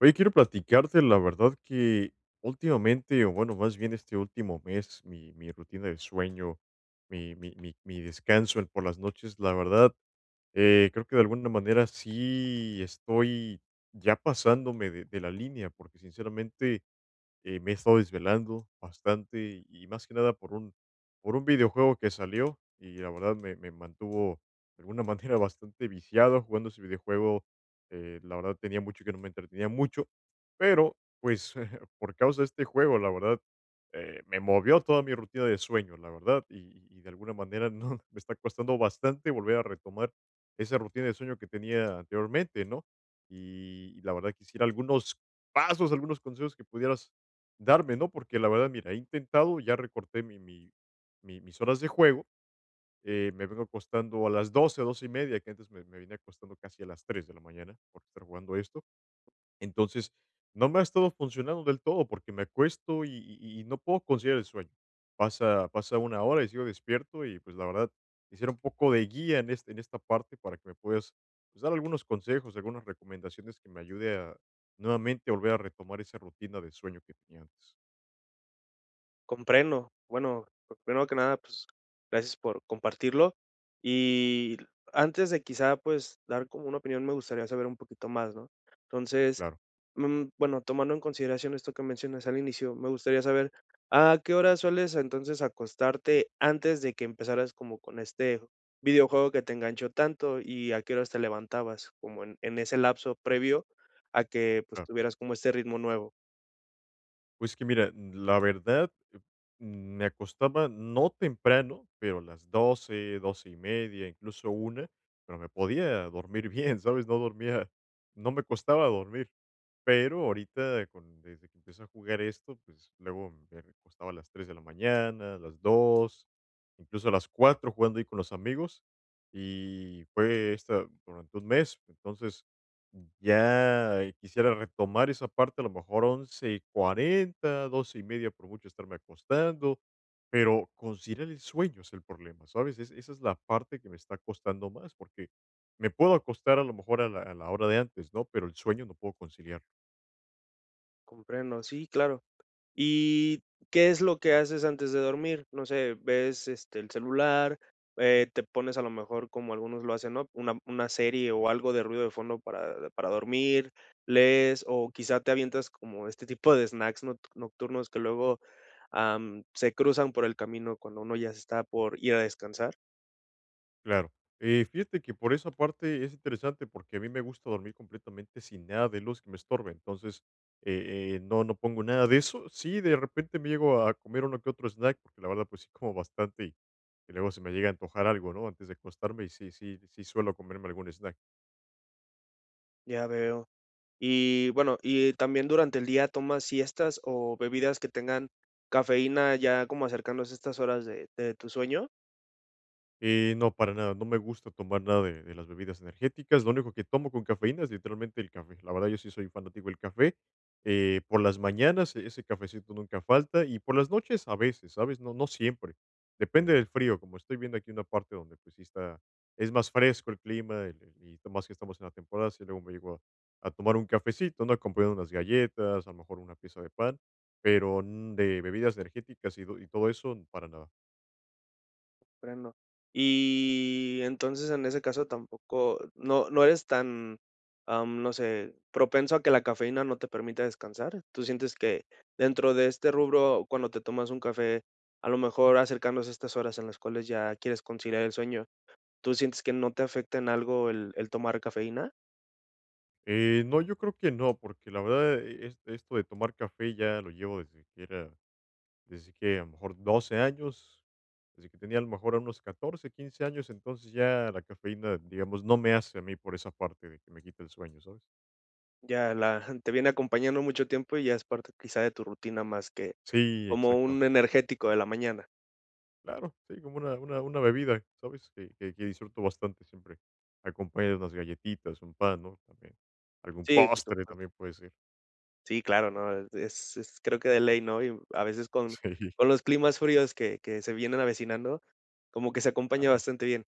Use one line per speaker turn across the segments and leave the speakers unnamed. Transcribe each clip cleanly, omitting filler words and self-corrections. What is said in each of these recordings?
Oye, quiero platicarte, la verdad que últimamente, o bueno, más bien este último mes, mi rutina de sueño, mi por las noches, la verdad, creo que de alguna manera sí estoy ya pasándome de la línea, porque sinceramente me he estado desvelando bastante y más que nada por un videojuego que salió y la verdad me mantuvo de alguna manera bastante viciado jugando ese videojuego. Eh, la verdad tenía mucho que no me entretenía mucho, pero pues por causa de este juego, la verdad, me movió toda mi rutina de sueño, la verdad, y de alguna manera no, me está costando bastante volver a retomar esa rutina de sueño que tenía anteriormente, ¿no? Y la verdad quisiera algunos pasos, algunos consejos que pudieras darme, ¿no? Porque la verdad, mira, he intentado, ya recorté mis horas de juego, me vengo acostando a las 12, 12 y media, que antes me venía acostando casi a las 3 de la mañana por estar jugando esto. Entonces, no me ha estado funcionando del todo porque me acuesto y no puedo conciliar el sueño. Pasa una hora y sigo despierto y pues la verdad, quisiera un poco de guía en, este, en esta parte para que me puedas pues, dar algunos consejos, algunas recomendaciones que me ayude a nuevamente volver a retomar esa rutina de sueño que tenía antes.
Comprendo. Bueno, primero que nada, pues, gracias por compartirlo. Y antes de quizá, pues, dar como una opinión, me gustaría saber un poquito más, ¿no? Entonces,
Claro.
bueno, tomando en consideración esto que mencionas al inicio, me gustaría saber, ¿a qué hora sueles entonces acostarte antes de que empezaras como con este videojuego que te enganchó tanto y a qué horas te levantabas, como en ese lapso previo a que, pues,
Claro.
tuvieras como este ritmo nuevo?
Pues que mira, la verdad, me acostaba no temprano, pero a las 12, 12 y media, incluso una, pero me podía dormir bien, ¿sabes? No dormía, no me costaba dormir. Pero ahorita, desde que empecé a jugar esto, pues luego me costaba a las 3 de la mañana, a las 2, incluso a las 4 jugando ahí con los amigos. Y fue esta durante un mes. Entonces, ya quisiera retomar esa parte, a lo mejor once y cuarenta doce y media por mucho estarme acostando, pero conciliar el sueño es el problema, ¿sabes? Es esa es la parte que me está costando más, porque me puedo acostar a lo mejor a la hora de antes, ¿no? Pero el sueño no puedo conciliar.
Comprendo, sí, claro. ¿Y qué es lo que haces antes de dormir? No sé, ves, este, el celular, te pones a lo mejor como algunos lo hacen, ¿no? Una serie o algo de ruido de fondo para dormir, lees o quizá te avientas como este tipo de snacks nocturnos que luego, se cruzan por el camino cuando uno ya se está por ir a descansar.
Claro. Fíjate que por esa parte es interesante porque a mí me gusta dormir completamente sin nada de luz que me estorbe. Entonces, no, no pongo nada de eso. Sí, de repente me llego a comer uno que otro snack, porque la verdad, pues sí como bastante y luego se me llega a antojar algo, ¿no? Antes de acostarme y sí suelo comerme algún snack.
Ya veo. Y bueno, y también durante el día tomas siestas o bebidas que tengan cafeína ya como acercándose a estas horas de tu sueño.
No, para nada, no me gusta tomar nada de las bebidas energéticas. Lo único que tomo con cafeína es literalmente el café. La verdad, yo sí soy fanático del café. Por las mañanas, ese cafecito nunca falta y por las noches a veces, ¿sabes? No, no siempre. Depende del frío, como estoy viendo aquí una parte donde pues sí está, es más fresco el clima y más que estamos en la temporada, sí luego a tomar un cafecito, ¿no? Acompañado de unas galletas, a lo mejor una pieza de pan, pero mm, de bebidas energéticas y todo eso, para nada.
Comprendo. Y entonces en ese caso tampoco, no, no eres tan, no sé, propenso a que la cafeína no te permita descansar. ¿Tú sientes que dentro de este rubro, cuando te tomas un café, a lo mejor acercándose a estas horas en las cuales ya quieres conciliar el sueño, tú sientes que no te afecta en algo el tomar cafeína?
No, yo creo que no, porque la verdad, esto de tomar café ya lo llevo desde que era, desde que a lo mejor 12 años, desde que tenía a lo mejor unos 14 15 años, entonces ya la cafeína, digamos, no me hace a mí por esa parte de que me quita el sueño, ¿sabes?
Ya la, te viene acompañando mucho tiempo y ya es parte quizá de tu rutina más que
Sí,
como un
exactamente.
energético de la mañana.
Claro, sí, como una bebida, ¿sabes? Que disfruto bastante siempre. Acompaña de unas galletitas, un pan, ¿no? También. Algún
Sí, por
postre
supuesto.
también puede ser.
Sí, claro, no, es creo que de ley, ¿no? Y a veces con
Sí,
con los climas fríos que se vienen avecinando, como que se acompaña
claro.
bastante bien.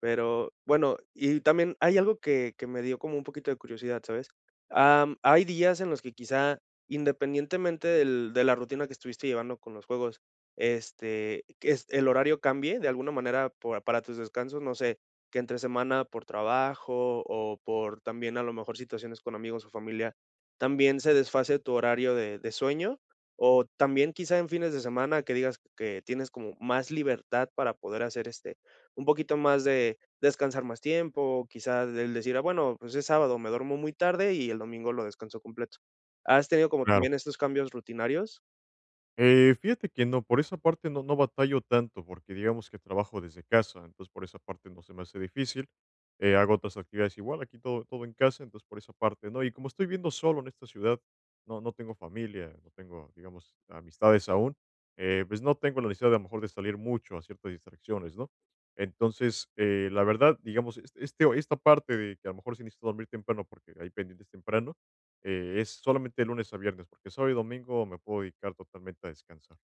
Pero bueno, y también hay algo que me dio como un poquito de curiosidad, ¿sabes? Hay días en los que quizá, independientemente del de la rutina que estuviste llevando con los juegos, este, que es el horario cambie de alguna manera por para tus descansos, no sé, que entre semana por trabajo o por también a lo mejor situaciones con amigos o familia, ¿también se desfase tu horario de sueño? O también quizá en fines de semana que digas que tienes como más libertad para poder hacer, este, un poquito más de descansar más tiempo, quizás el decir: "Ah, bueno, pues es sábado, me duermo muy tarde y el domingo lo descanso completo". ¿Has tenido como
Claro.
también estos cambios rutinarios?
Fíjate que no, por esa parte no, no batallo tanto, porque digamos que trabajo desde casa, entonces por esa parte no se me hace difícil. Hago otras actividades igual, aquí todo, todo en casa, entonces por esa parte no. Y como estoy viviendo solo en esta ciudad, no, no tengo familia, no tengo, digamos, amistades aún, pues no tengo la necesidad de a lo mejor de salir mucho a ciertas distracciones, ¿no? Entonces, la verdad, digamos, este, esta parte de que a lo mejor sí necesito dormir temprano porque hay pendientes temprano es solamente de lunes a viernes, porque sábado y domingo me puedo dedicar totalmente a descansar.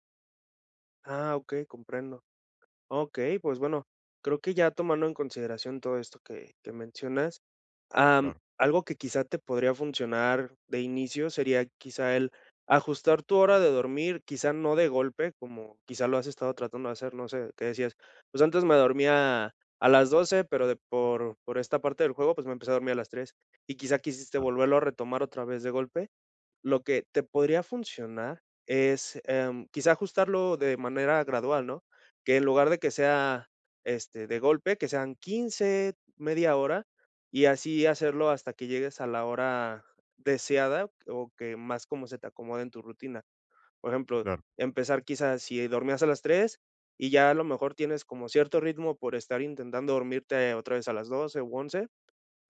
Ah, okey, comprendo. Okey, pues bueno, creo que ya tomando en consideración todo esto que mencionas. Am,
Claro,
Algo que quizá te podría funcionar de inicio sería quizá el ajustar tu hora de dormir, quizá no de golpe, como quizá lo has estado tratando de hacer, no sé, que decías, pues antes me dormía a las 12 pero de por esta parte del juego, pues me empecé a dormir a las 3 y quizá quisiste
claro,
volverlo a retomar otra vez de golpe, lo que te podría funcionar es, quizá ajustarlo de manera gradual, ¿no? Que en lugar de que sea, este, de golpe, que sean 15, media hora, y así hacerlo hasta que llegues a la hora deseada o que más como se te acomode en tu rutina. Por ejemplo,
claro.
empezar quizás si dormías a las 3 y ya a lo mejor tienes como cierto ritmo por estar intentando dormirte otra vez a las 12, u 11.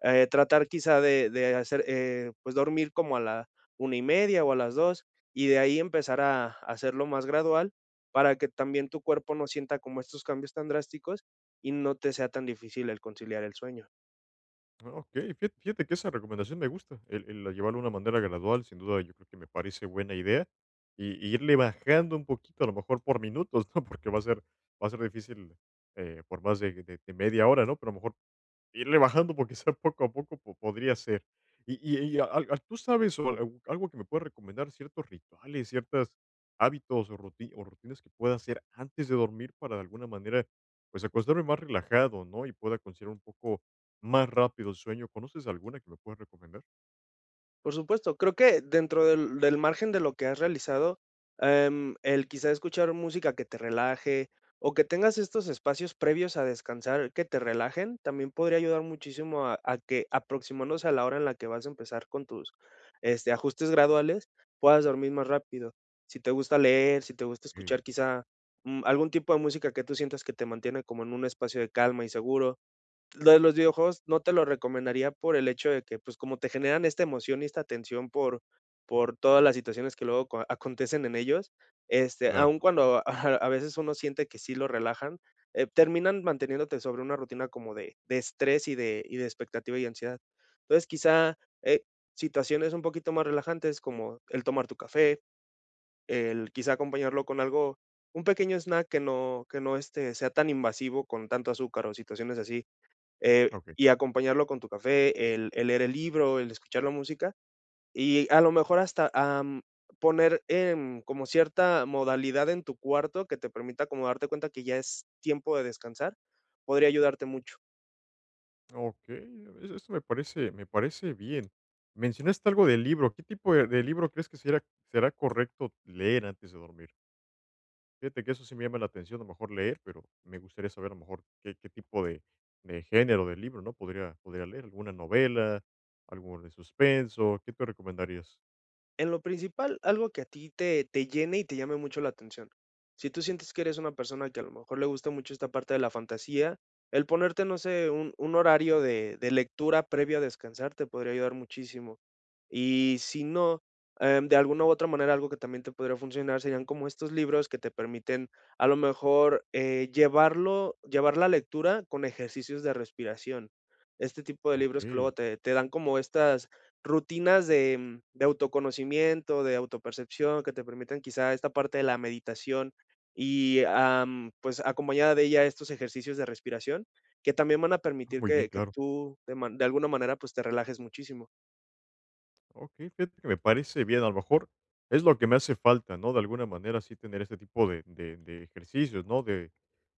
Tratar quizá de hacer, pues, dormir como a la 1:30 o a las 2 y de ahí empezar a hacerlo más gradual, para que también tu cuerpo no sienta como estos cambios tan drásticos, y no te sea tan difícil el conciliar el sueño.
Ah, okey, fíjate que esa recomendación me gusta, el llevarlo de una manera gradual, sin duda, yo creo que me parece buena idea, y irle bajando un poquito, a lo mejor por minutos, ¿no? Porque va a ser difícil, por más de media hora, ¿no? Pero a lo mejor irle bajando, porque sea poco a poco po podría ser. Y al al ¿Tú sabes o algo que me puedas recomendar, ciertos rituales, ciertas hábitos o rutinas que pueda hacer antes de dormir para, de alguna manera, pues, acostarme más relajado, ¿no? Y pueda conciliar un poco más rápido el sueño, ¿conoces alguna que me puedas recomendar?
Por supuesto, creo que dentro del margen de lo que has realizado, el quizá escuchar música que te relaje o que tengas estos espacios previos a descansar que te relajen, también podría ayudar muchísimo a que aproximándose a la hora en la que vas a empezar con tus, este, ajustes graduales, puedas dormir más rápido. Si te gusta leer, si te gusta
Okey,
escuchar quizá, algún tipo de música que tú sientas que te mantiene como en un espacio de calma y seguro. Lo de los videojuegos no te lo recomendaría por el hecho de que, pues, como te generan esta emoción y esta tensión por todas las situaciones que luego acontecen en ellos, este, aun
claro,
cuando a veces uno siente que sí lo relajan, terminan manteniéndote sobre una rutina como de estrés y de expectativa y ansiedad. Entonces, quizá, eh, situaciones un poquito más relajantes, como el tomar tu café, el quizá acompañarlo con algo, un pequeño snack que no, este, sea tan invasivo con tanto azúcar o situaciones así, eh,
okey.
y acompañarlo con tu café, el leer el libro, el escuchar la música, y a lo mejor hasta, poner, como cierta modalidad en tu cuarto que te permita como darte cuenta que ya es tiempo de descansar, podría ayudarte mucho.
Okey, es eso me parece bien. Mencionaste algo del libro, ¿qué tipo de libro crees que será correcto leer antes de dormir? Fíjate que eso sí me llama la atención, a lo mejor leer, pero me gustaría saber a lo mejor qué tipo de género de libro, ¿no? Podría leer alguna novela, algo de suspenso, ¿qué te recomendarías?
En lo principal, algo que a ti te llene y te llame mucho la atención. Si tú sientes que eres una persona que a lo mejor le gusta mucho esta parte de la fantasía, el ponerte, no sé, un horario de lectura previo a descansar te podría ayudar muchísimo. Y si no, de alguna u otra manera, algo que también te podría funcionar serían como estos libros que te permiten, a lo mejor, llevar la lectura con ejercicios de respiración. Este tipo de
Ok,
libros que luego te dan como estas rutinas de, de autoconocimiento, de autopercepción, que te permitan quizá esta parte de la meditación y, pues, acompañada de ella estos ejercicios de respiración, que también van a
ah,
permitir
muy bien,
que
claro.
tú de alguna manera, pues, te relajes muchísimo.
Ok, fíjate que me parece bien, a lo mejor es lo que me hace falta, ¿no? De alguna manera sí tener este tipo de ejercicios, ¿no?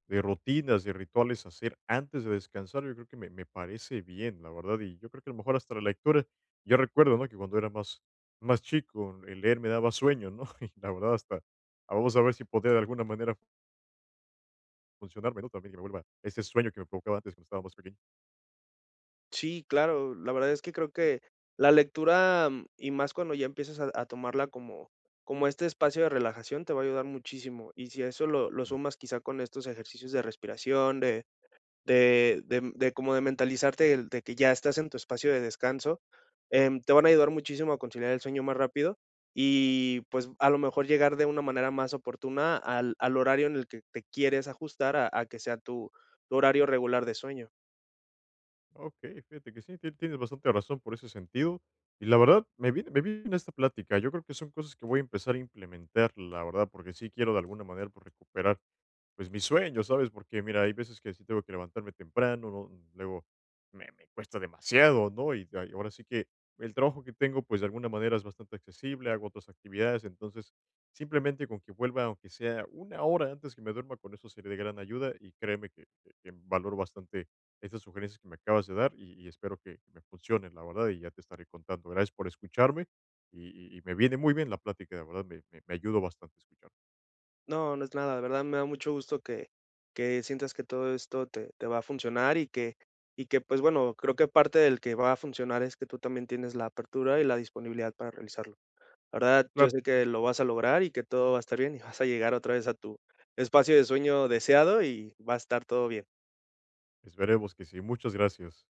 De rutinas, de rituales a hacer antes de descansar, yo creo que me parece bien, la verdad, y yo creo que a lo mejor hasta la lectura, yo recuerdo, ¿no? Que cuando era más, más chico, el leer me daba sueño, ¿no? Y la verdad hasta, ah, vamos a ver si podría de alguna manera funcionarme, ¿no? También que me vuelva ese sueño que me provocaba antes cuando estaba más pequeño.
Sí, claro, la verdad es que creo que la lectura, y más cuando ya empiezas a tomarla como este espacio de relajación, te va a ayudar muchísimo. Y si a eso lo sumas quizá con estos ejercicios de respiración, de mentalizarte de, que ya estás en tu espacio de descanso, te van a ayudar muchísimo a conciliar el sueño más rápido y pues a lo mejor llegar de una manera más oportuna al horario en el que te quieres ajustar a que sea tu horario regular de sueño.
Ok, fíjate que sí, tienes bastante razón por ese sentido. Y la verdad, me viene esta plática. Yo creo que son cosas que voy a empezar a implementar, la verdad, porque sí quiero de alguna manera pues, recuperar pues, mi sueño, ¿sabes? Porque, mira, hay veces que sí tengo que levantarme temprano, ¿no? Mm, luego me cuesta demasiado, ¿no? Y ay, ahora sí que el trabajo que tengo, pues, de alguna manera es bastante accesible, hago otras actividades, entonces, simplemente con que vuelva, aunque sea una hora antes que me duerma, con eso sería de gran ayuda, y créeme que valoro bastante estas sugerencias que me acabas de dar, y espero que me funcionen, la verdad, y ya te estaré contando. Gracias por escucharme, y me viene muy bien la plática, de verdad, me ayudó bastante escuchar.
No, no es nada, de verdad me da mucho gusto que sientas que todo esto te va a funcionar y que pues bueno, creo que parte del que va a funcionar es que tú también tienes la apertura y la disponibilidad para realizarlo. La verdad, yo
Claro.
sé que lo vas a lograr y que todo va a estar bien y vas a llegar otra vez a tu espacio de sueño deseado y va a estar todo bien.
Esperemos que sí. Muchas gracias.